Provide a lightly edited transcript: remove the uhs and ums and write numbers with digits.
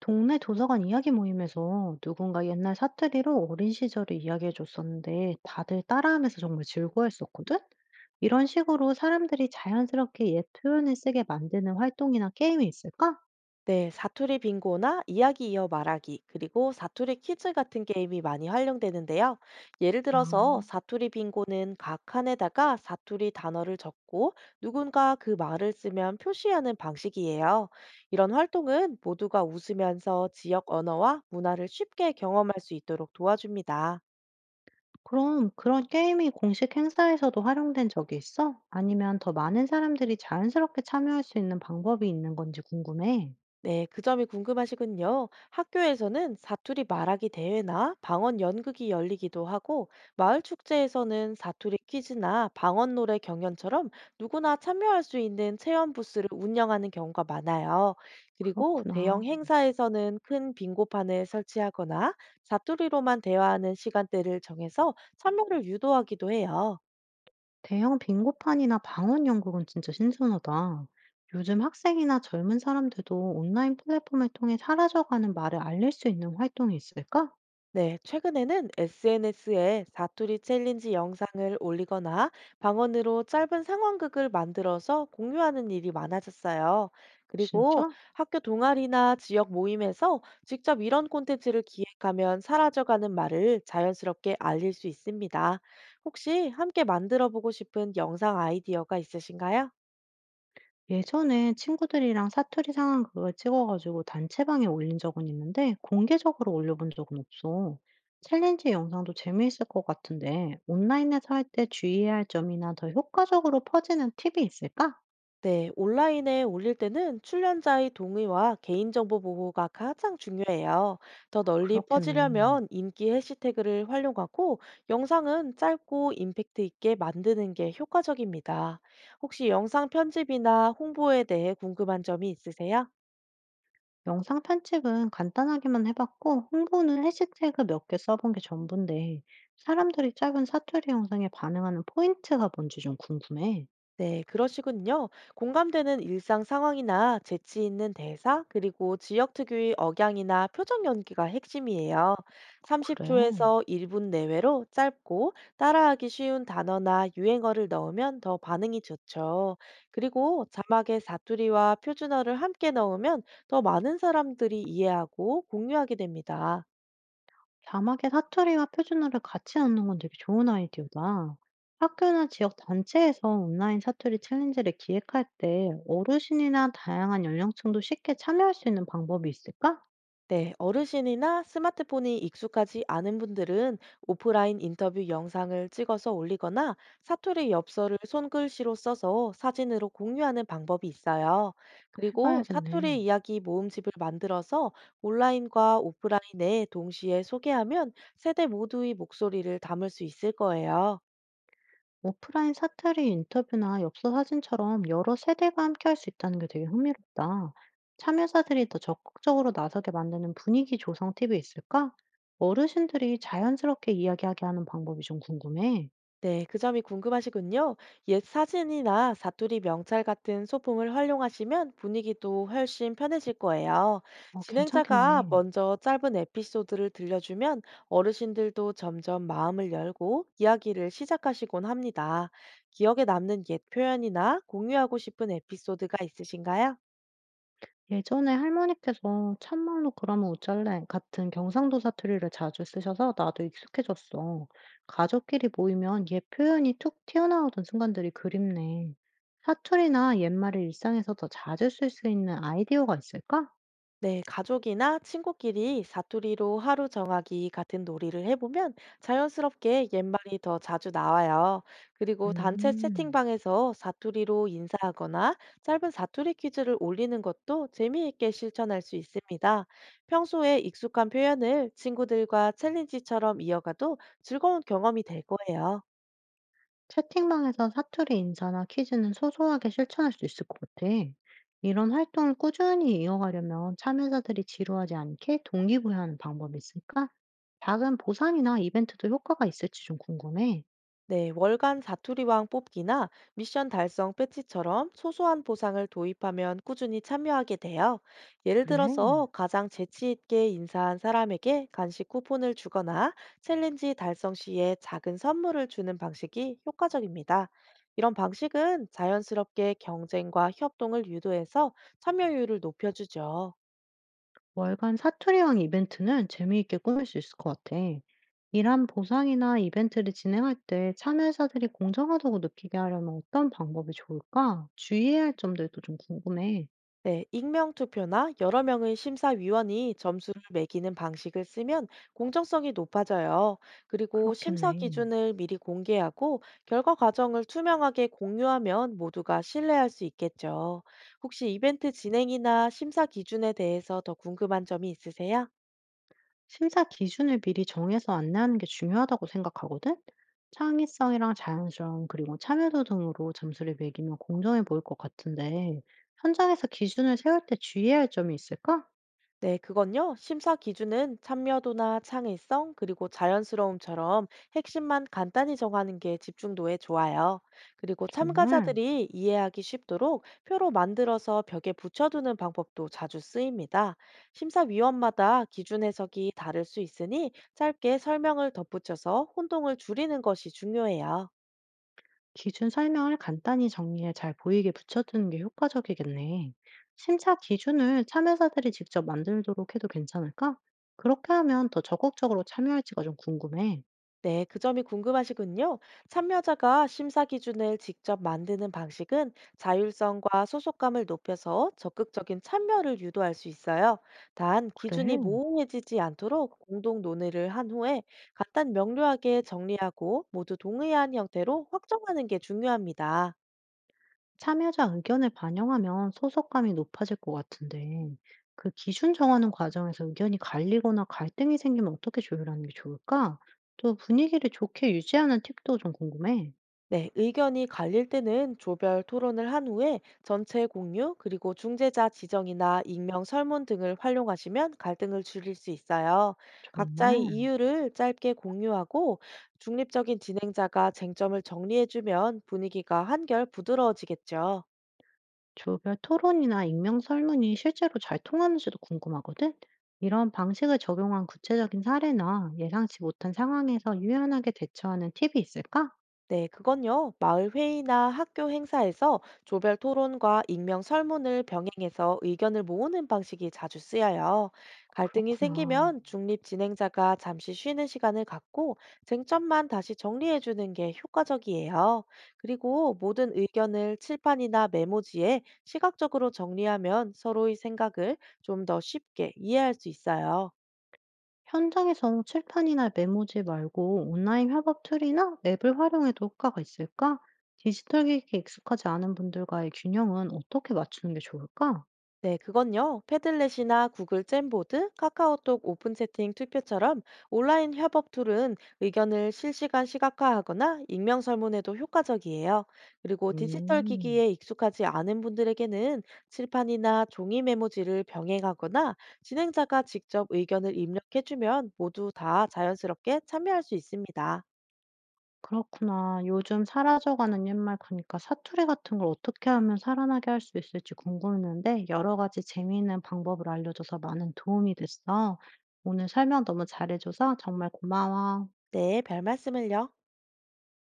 동네 도서관 이야기 모임에서 누군가 옛날 사투리로 어린 시절을 이야기해 줬었는데 다들 따라하면서 정말 즐거워했었거든? 이런 식으로 사람들이 자연스럽게 옛 표현을 쓰게 만드는 활동이나 게임이 있을까? 네, 사투리 빙고나 이야기 이어 말하기, 그리고 사투리 퀴즈 같은 게임이 많이 활용되는데요. 예를 아, 들어서 사투리 빙고는 각 칸에다가 사투리 단어를 적고 누군가 그 말을 쓰면 표시하는 방식이에요. 이런 활동은 모두가 웃으면서 지역 언어와 문화를 쉽게 경험할 수 있도록 도와줍니다. 그럼 그런 게임이 공식 행사에서도 활용된 적이 있어? 아니면 더 많은 사람들이 자연스럽게 참여할 수 있는 방법이 있는 건지 궁금해. 네, 그 점이 궁금하시군요. 학교에서는 사투리 말하기 대회나 방언 연극이 열리기도 하고, 마을 축제에서는 사투리 퀴즈나 방언 노래 경연처럼 누구나 참여할 수 있는 체험 부스를 운영하는 경우가 많아요. 그리고 대형 그렇구나. 행사에서는 큰 빙고판을 설치하거나 사투리로만 대화하는 시간대를 정해서 참여를 유도하기도 해요. 대형 빙고판이나 방언 연극은 진짜 신선하다. 요즘 학생이나 젊은 사람들도 온라인 플랫폼을 통해 사라져가는 말을 알릴 수 있는 활동이 있을까? 네, 최근에는 SNS에 사투리 챌린지 영상을 올리거나 방언으로 짧은 상황극을 만들어서 공유하는 일이 많아졌어요. 그리고 진짜? 학교 동아리나 지역 모임에서 직접 이런 콘텐츠를 기획하면 사라져가는 말을 자연스럽게 알릴 수 있습니다. 혹시 함께 만들어 보고 싶은 영상 아이디어가 있으신가요? 예전에 친구들이랑 사투리 상황극을 찍어가지고 단체방에 올린 적은 있는데 공개적으로 올려본 적은 없어. 챌린지 영상도 재미있을 것 같은데 온라인에서 할 때 주의해야 할 점이나 더 효과적으로 퍼지는 팁이 있을까? 네, 온라인에 올릴 때는 출연자의 동의와 개인정보 보호가 가장 중요해요. 더 널리 그렇겠네. 퍼지려면 인기 해시태그를 활용하고 영상은 짧고 임팩트 있게 만드는 게 효과적입니다. 혹시 영상 편집이나 홍보에 대해 궁금한 점이 있으세요? 영상 편집은 간단하게만 해봤고, 홍보는 해시태그 몇 개 써본 게 전부인데, 사람들이 짧은 사투리 영상에 반응하는 포인트가 뭔지 좀 궁금해. 네, 그러시군요. 공감되는 일상 상황이나 재치 있는 대사, 그리고 지역 특유의 억양이나 표정 연기가 핵심이에요. 그래. 30초에서 1분 내외로 짧고 따라하기 쉬운 단어나 유행어를 넣으면 더 반응이 좋죠. 그리고 자막에 사투리와 표준어를 함께 넣으면 더 많은 사람들이 이해하고 공유하게 됩니다. 자막에 사투리와 표준어를 같이 넣는 건 되게 좋은 아이디어다. 학교나 지역 단체에서 온라인 사투리 챌린지를 기획할 때 어르신이나 다양한 연령층도 쉽게 참여할 수 있는 방법이 있을까? 네, 어르신이나 스마트폰이 익숙하지 않은 분들은 오프라인 인터뷰 영상을 찍어서 올리거나 사투리 엽서를 손글씨로 써서 사진으로 공유하는 방법이 있어요. 그리고 해봐야겠네. 사투리 이야기 모음집을 만들어서 온라인과 오프라인에 동시에 소개하면 세대 모두의 목소리를 담을 수 있을 거예요. 오프라인 사투리 인터뷰나 엽서 사진처럼 여러 세대가 함께 할 수 있다는 게 되게 흥미롭다. 참여자들이 더 적극적으로 나서게 만드는 분위기 조성 팁이 있을까? 어르신들이 자연스럽게 이야기하게 하는 방법이 좀 궁금해. 네, 그 점이 궁금하시군요. 옛 사진이나 사투리 명찰 같은 소품을 활용하시면 분위기도 훨씬 편해질 거예요. 어, 괜찮겠네. 진행자가 먼저 짧은 에피소드를 들려주면 어르신들도 점점 마음을 열고 이야기를 시작하시곤 합니다. 기억에 남는 옛 표현이나 공유하고 싶은 에피소드가 있으신가요? 예전에 할머니께서 "참말로 그러면 어쩔래?" 같은 경상도 사투리를 자주 쓰셔서 나도 익숙해졌어. 가족끼리 모이면 옛 표현이 툭 튀어나오던 순간들이 그립네. 사투리나 옛말을 일상에서 더 자주 쓸 수 있는 아이디어가 있을까? 네, 가족이나 친구끼리 사투리로 하루 정하기 같은 놀이를 해보면 자연스럽게 옛말이 더 자주 나와요. 그리고 단체 음. 채팅방에서 사투리로 인사하거나 짧은 사투리 퀴즈를 올리는 것도 재미있게 실천할 수 있습니다. 평소에 익숙한 표현을 친구들과 챌린지처럼 이어가도 즐거운 경험이 될 거예요. 채팅방에서 사투리 인사나 퀴즈는 소소하게 실천할 수 있을 것 같아. 이런 활동을 꾸준히 이어가려면 참여자들이 지루하지 않게 동기부여하는 방법이 있을까? 작은 보상이나 이벤트도 효과가 있을지 좀 궁금해. 네, 월간 사투리왕 뽑기나 미션 달성 패치처럼 소소한 보상을 도입하면 꾸준히 참여하게 돼요. 예를 그래. 들어서 가장 재치 있게 인사한 사람에게 간식 쿠폰을 주거나 챌린지 달성 시에 작은 선물을 주는 방식이 효과적입니다. 이런 방식은 자연스럽게 경쟁과 협동을 유도해서 참여율을 높여주죠. 월간 사투리왕 이벤트는 재미있게 꾸밀 수 있을 것 같아. 이런 보상이나 이벤트를 진행할 때 참여자들이 공정하다고 느끼게 하려면 어떤 방법이 좋을까? 주의해야 할 점들도 좀 궁금해. 네, 익명 투표나 여러 명의 심사위원이 점수를 매기는 방식을 쓰면 공정성이 높아져요. 그리고 심사 그렇겠네. 기준을 미리 공개하고 결과 과정을 투명하게 공유하면 모두가 신뢰할 수 있겠죠. 혹시 이벤트 진행이나 심사 기준에 대해서 더 궁금한 점이 있으세요? 심사 기준을 미리 정해서 안내하는 게 중요하다고 생각하거든? 창의성이랑 자연스러움, 그리고 참여도 등으로 점수를 매기면 공정해 보일 것 같은데, 현장에서 기준을 세울 때 주의해야 할 점이 있을까? 네, 그건요. 심사 기준은 참여도나 창의성, 그리고 자연스러움처럼 핵심만 간단히 정하는 게 집중도에 좋아요. 그리고 정말. 참가자들이 이해하기 쉽도록 표로 만들어서 벽에 붙여두는 방법도 자주 쓰입니다. 심사위원마다 기준 해석이 다를 수 있으니 짧게 설명을 덧붙여서 혼동을 줄이는 것이 중요해요. 기준 설명을 간단히 정리해 잘 보이게 붙여두는 게 효과적이겠네. 심사 기준을 참여자들이 직접 만들도록 해도 괜찮을까? 그렇게 하면 더 적극적으로 참여할지가 좀 궁금해. 네, 그 점이 궁금하시군요. 참여자가 심사 기준을 직접 만드는 방식은 자율성과 소속감을 높여서 적극적인 참여를 유도할 수 있어요. 단, 기준이 그래. 모호해지지 않도록 공동 논의를 한 후에 간단 명료하게 정리하고 모두 동의한 형태로 확정하는 게 중요합니다. 참여자 의견을 반영하면 소속감이 높아질 것 같은데, 그 기준 정하는 과정에서 의견이 갈리거나 갈등이 생기면 어떻게 조율하는 게 좋을까? 또 분위기를 좋게 유지하는 팁도 좀 궁금해. 네, 의견이 갈릴 때는 조별 토론을 한 후에 전체 공유, 그리고 중재자 지정이나 익명 설문 등을 활용하시면 갈등을 줄일 수 있어요. 각자의 정말. 이유를 짧게 공유하고 중립적인 진행자가 쟁점을 정리해주면 분위기가 한결 부드러워지겠죠. 조별 토론이나 익명 설문이 실제로 잘 통하는지도 궁금하거든? 이런 방식을 적용한 구체적인 사례나 예상치 못한 상황에서 유연하게 대처하는 팁이 있을까? 네, 그건요. 마을 회의나 학교 행사에서 조별 토론과 익명 설문을 병행해서 의견을 모으는 방식이 자주 쓰여요. 갈등이 그렇구나. 생기면 중립 진행자가 잠시 쉬는 시간을 갖고 쟁점만 다시 정리해주는 게 효과적이에요. 그리고 모든 의견을 칠판이나 메모지에 시각적으로 정리하면 서로의 생각을 좀 더 쉽게 이해할 수 있어요. 현장에서 칠판이나 메모지 말고 온라인 협업 툴이나 앱을 활용해도 효과가 있을까? 디지털 기기에 익숙하지 않은 분들과의 균형은 어떻게 맞추는 게 좋을까? 네, 그건요. 패들렛이나 구글 잼보드, 카카오톡 오픈 채팅 투표처럼 온라인 협업 툴은 의견을 실시간 시각화하거나 익명 설문에도 효과적이에요. 그리고 디지털 음, 기기에 익숙하지 않은 분들에게는 칠판이나 종이 메모지를 병행하거나 진행자가 직접 의견을 입력해주면 모두 다 자연스럽게 참여할 수 있습니다. 그렇구나. 요즘 사라져가는 옛말 그러니까 사투리 같은 걸 어떻게 하면 살아나게 할 수 있을지 궁금했는데 여러 가지 재미있는 방법을 알려줘서 많은 도움이 됐어. 오늘 설명 너무 잘해줘서 정말 고마워. 네, 별 말씀을요.